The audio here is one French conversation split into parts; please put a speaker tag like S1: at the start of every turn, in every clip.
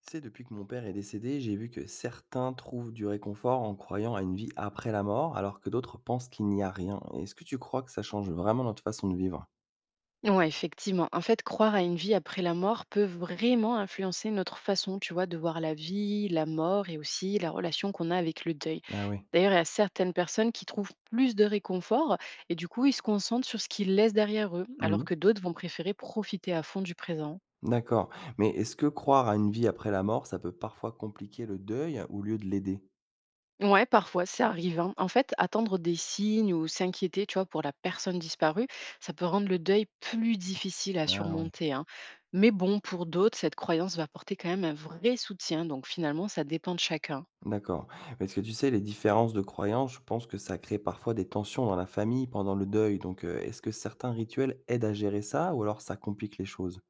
S1: C'est depuis que mon père est décédé, j'ai vu que certains trouvent du réconfort en croyant à une vie après la mort, alors que d'autres pensent qu'il n'y a rien. Est-ce que tu crois que ça change vraiment notre façon de vivre?
S2: Ouais, effectivement. En fait, croire à une vie après la mort peut vraiment influencer notre façon, tu vois, de voir la vie, la mort et aussi la relation qu'on a avec le deuil.
S1: Ah oui.
S2: D'ailleurs, il y a certaines personnes qui trouvent plus de réconfort et du coup, ils se concentrent sur ce qu'ils laissent derrière eux, alors
S1: Mhm.
S2: que d'autres vont préférer profiter à fond du présent.
S1: D'accord. Mais est-ce que croire à une vie après la mort, ça peut parfois compliquer le deuil au lieu de l'aider?
S2: Ouais, parfois, ça arrive, hein. En fait, attendre des signes ou s'inquiéter, tu vois, pour la personne disparue, ça peut rendre le deuil plus difficile à
S1: Ah ouais.
S2: surmonter, hein. Mais bon, pour d'autres, cette croyance va porter quand même un vrai soutien. Donc finalement, ça dépend de chacun.
S1: D'accord. Parce que tu sais, les différences de croyances, je pense que ça crée parfois des tensions dans la famille pendant le deuil. Donc, est-ce que certains rituels aident à gérer ça ou alors ça complique les choses?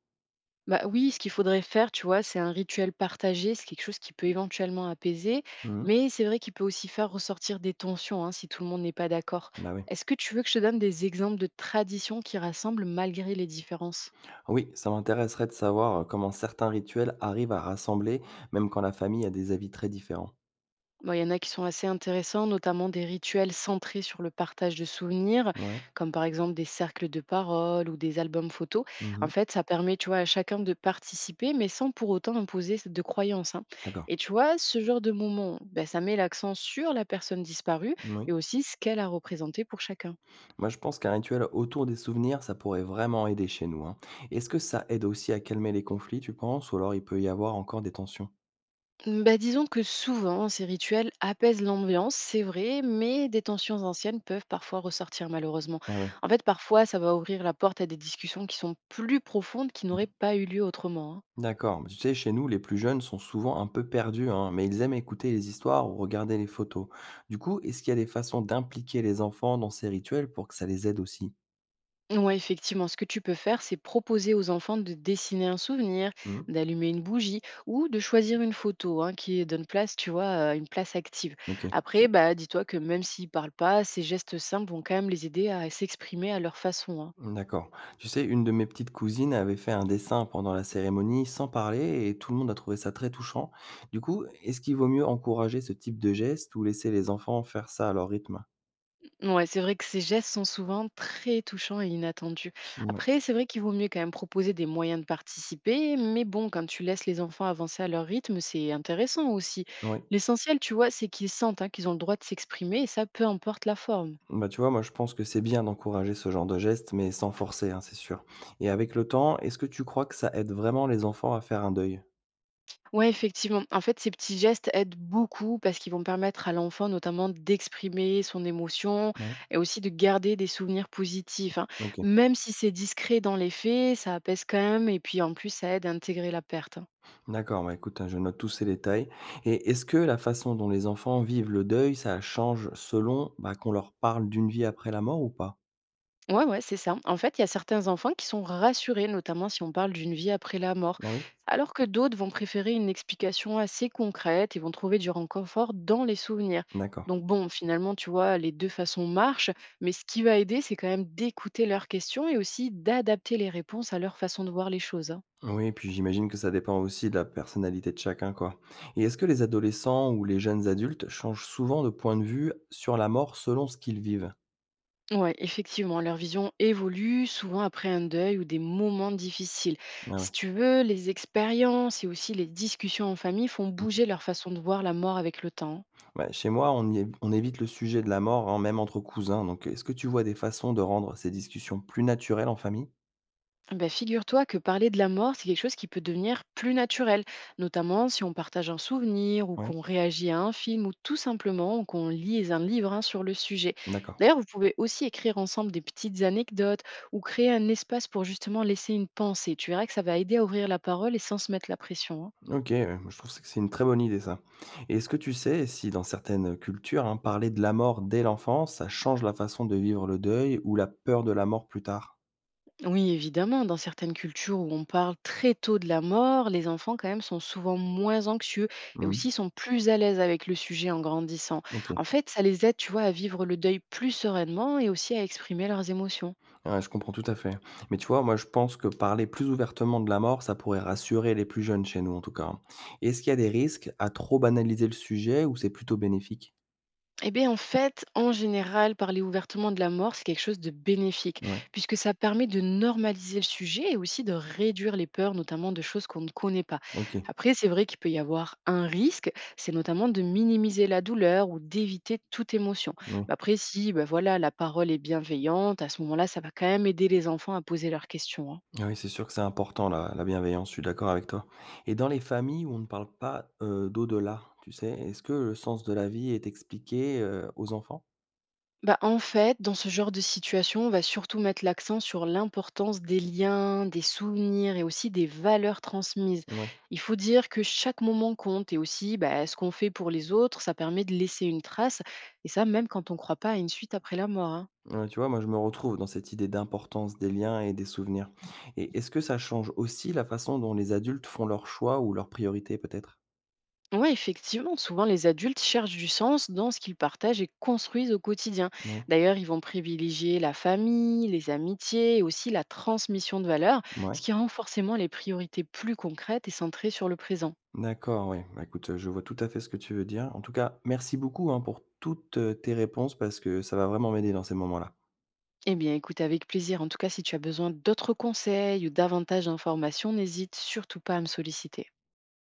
S2: Bah oui, ce qu'il faudrait faire, tu vois, c'est un rituel partagé, c'est quelque chose qui peut éventuellement apaiser,
S1: Mhm.
S2: mais c'est vrai qu'il peut aussi faire ressortir des tensions hein, si tout le monde n'est pas d'accord.
S1: Bah oui.
S2: Est-ce que tu veux que je te donne des exemples de traditions qui rassemblent malgré les différences?
S1: Oui, ça m'intéresserait de savoir comment certains rituels arrivent à rassembler, même quand la famille a des avis très différents.
S2: Bon, il y en a qui sont assez intéressants, notamment des rituels centrés sur le partage de souvenirs,
S1: Ouais.
S2: comme par exemple des cercles de parole ou des albums photos. En
S1: Mhm.
S2: fait, ça permet, tu vois, à chacun de participer, mais sans pour autant imposer de croyances, hein.
S1: D'accord.
S2: Et tu vois, ce genre de moment, ben, ça met l'accent sur la personne disparue
S1: Oui.
S2: et aussi ce qu'elle a représenté pour chacun.
S1: Moi, je pense qu'un rituel autour des souvenirs, ça pourrait vraiment aider chez nous, hein. Est-ce que ça aide aussi à calmer les conflits, tu penses, ou alors il peut y avoir encore des tensions?
S2: Mmh, bah, disons que souvent, ces rituels apaisent l'ambiance, c'est vrai, mais des tensions anciennes peuvent parfois ressortir malheureusement.
S1: Ah oui.
S2: En fait, parfois, ça va ouvrir la porte à des discussions qui sont plus profondes, qui n'auraient pas eu lieu autrement, hein.
S1: D'accord. Mais tu sais, chez nous, les plus jeunes sont souvent un peu perdus, hein, mais ils aiment écouter les histoires ou regarder les photos. Du coup, est-ce qu'il y a des façons d'impliquer les enfants dans ces rituels pour que ça les aide aussi?
S2: Ouais, effectivement, ce que tu peux faire, c'est proposer aux enfants de dessiner un souvenir,
S1: Mhm.
S2: d'allumer une bougie ou de choisir une photo hein, qui donne place, tu vois, à une place active.
S1: Ok.
S2: Après, bah, dis-toi que même s'ils parlent pas, ces gestes simples vont quand même les aider à s'exprimer à leur façon, hein.
S1: D'accord. Tu sais, une de mes petites cousines avait fait un dessin pendant la cérémonie sans parler et tout le monde a trouvé ça très touchant. Du coup, est-ce qu'il vaut mieux encourager ce type de geste ou laisser les enfants faire ça à leur rythme?
S2: Ouais, c'est vrai que ces gestes sont souvent très touchants et inattendus.
S1: Oui,
S2: Après, c'est vrai qu'il vaut mieux quand même proposer des moyens de participer, mais bon, quand tu laisses les enfants avancer à leur rythme, c'est intéressant aussi.
S1: oui.
S2: L'essentiel, tu vois, c'est qu'ils sentent hein, qu'ils ont le droit de s'exprimer, et ça, peu importe la forme.
S1: Bah, tu vois, moi je pense que c'est bien d'encourager ce genre de geste, mais sans forcer, hein, c'est sûr. Et avec le temps, est-ce que tu crois que ça aide vraiment les enfants à faire un deuil?
S2: Ouais, effectivement. En fait, ces petits gestes aident beaucoup parce qu'ils vont permettre à l'enfant notamment d'exprimer son émotion
S1: Oui.
S2: et aussi de garder des souvenirs positifs, hein.
S1: Ok.
S2: Même si c'est discret dans les faits, ça apaise quand même et puis en plus, ça aide à intégrer la perte, hein.
S1: D'accord, bah écoute, hein, je note tous ces détails. Et est-ce que la façon dont les enfants vivent le deuil, ça change selon bah, qu'on leur parle d'une vie après la mort ou pas?
S2: Ouais, ouais, c'est ça. En fait, il y a certains enfants qui sont rassurés, notamment si on parle d'une vie après la mort,
S1: Ah oui?
S2: alors que d'autres vont préférer une explication assez concrète et vont trouver du réconfort dans les souvenirs.
S1: D'accord.
S2: Donc bon, finalement, tu vois, les deux façons marchent, mais ce qui va aider, c'est quand même d'écouter leurs questions et aussi d'adapter les réponses à leur façon de voir les choses, hein.
S1: Oui et puis j'imagine que ça dépend aussi de la personnalité de chacun, quoi. Et est-ce que les adolescents ou les jeunes adultes changent souvent de point de vue sur la mort selon ce qu'ils vivent?
S2: Ouais, effectivement, leur vision évolue souvent après un deuil ou des moments difficiles.
S1: Ah ouais.
S2: Si tu veux, les expériences et aussi les discussions en famille font
S1: Mmh.
S2: bouger leur façon de voir la mort avec le temps.
S1: Ouais, chez moi, on y é on évite le sujet de la mort, hein, même entre cousins, donc est-ce que tu vois des façons de rendre ces discussions plus naturelles en famille?
S2: Ben, figure-toi que parler de la mort, c'est quelque chose qui peut devenir plus naturel, notamment si on partage un souvenir ou
S1: Oui,
S2: qu'on réagit à un film ou tout simplement qu'on lise un livre hein, sur le sujet.
S1: d'accord.
S2: D'ailleurs, vous pouvez aussi écrire ensemble des petites anecdotes ou créer un espace pour justement laisser une pensée. Tu verras que ça va aider à ouvrir la parole et sans se mettre la pression, hein.
S1: OK, je trouve que c'est une très bonne idée ça. Et est-ce que tu sais si dans certaines cultures, hein, parler de la mort dès l'enfance, ça change la façon de vivre le deuil ou la peur de la mort plus tard?
S2: Oui, évidemment, dans certaines cultures où on parle très tôt de la mort, les enfants quand même sont souvent moins anxieux et
S1: Mmh.
S2: aussi sont plus à l'aise avec le sujet en grandissant.
S1: OK.
S2: En fait, ça les aide, tu vois, à vivre le deuil plus sereinement et aussi à exprimer leurs émotions.
S1: Ouais, je comprends tout à fait. Mais tu vois, moi, je pense que parler plus ouvertement de la mort, ça pourrait rassurer les plus jeunes chez nous, en tout cas. Est-ce qu'il y a des risques à trop banaliser le sujet ou c'est plutôt bénéfique?
S2: Eh bien, en fait, en général, parler ouvertement de la mort, c'est quelque chose de bénéfique,
S1: Ouais,
S2: puisque ça permet de normaliser le sujet et aussi de réduire les peurs, notamment de choses qu'on ne connaît pas.
S1: ok,
S2: Après, c'est vrai qu'il peut y avoir un risque, c'est notamment de minimiser la douleur ou d'éviter toute émotion.
S1: oui.
S2: Mais après, si ben voilà, la parole est bienveillante, à ce moment-là, ça va quand même aider les enfants à poser leurs questions, hein.
S1: Ah oui, c'est sûr que c'est important, la bienveillance, je suis d'accord avec toi. Et dans les familles où on ne parle pas d'au-delà, tu sais, est-ce que le sens de la vie est expliqué aux enfants?
S2: Bah, en fait, dans ce genre de situation, on va surtout mettre l'accent sur l'importance des liens, des souvenirs et aussi des valeurs transmises.
S1: Ouais.
S2: Il faut dire que chaque moment compte et aussi bah, ce qu'on fait pour les autres, ça permet de laisser une trace. Et ça, même quand on ne croit pas à une suite après la mort, hein.
S1: Ouais, tu vois, moi, je me retrouve dans cette idée d'importance des liens et des souvenirs. Et est-ce que ça change aussi la façon dont les adultes font leurs choix ou leurs priorités, peut-être?
S2: Ouais, effectivement, souvent les adultes cherchent du sens dans ce qu'ils partagent et construisent au quotidien.
S1: Oui.
S2: D'ailleurs, ils vont privilégier la famille, les amitiés et aussi la transmission de valeurs,
S1: Ouais.
S2: ce qui rend forcément les priorités plus concrètes et centrées sur le présent.
S1: D'accord, oui. Bah, écoute, je vois tout à fait ce que tu veux dire. En tout cas, merci beaucoup, hein, pour toutes tes réponses parce que ça va vraiment m'aider dans ces moments-là.
S2: Eh bien, écoute, avec plaisir. En tout cas, si tu as besoin d'autres conseils ou davantage d'informations, n'hésite surtout pas à me solliciter.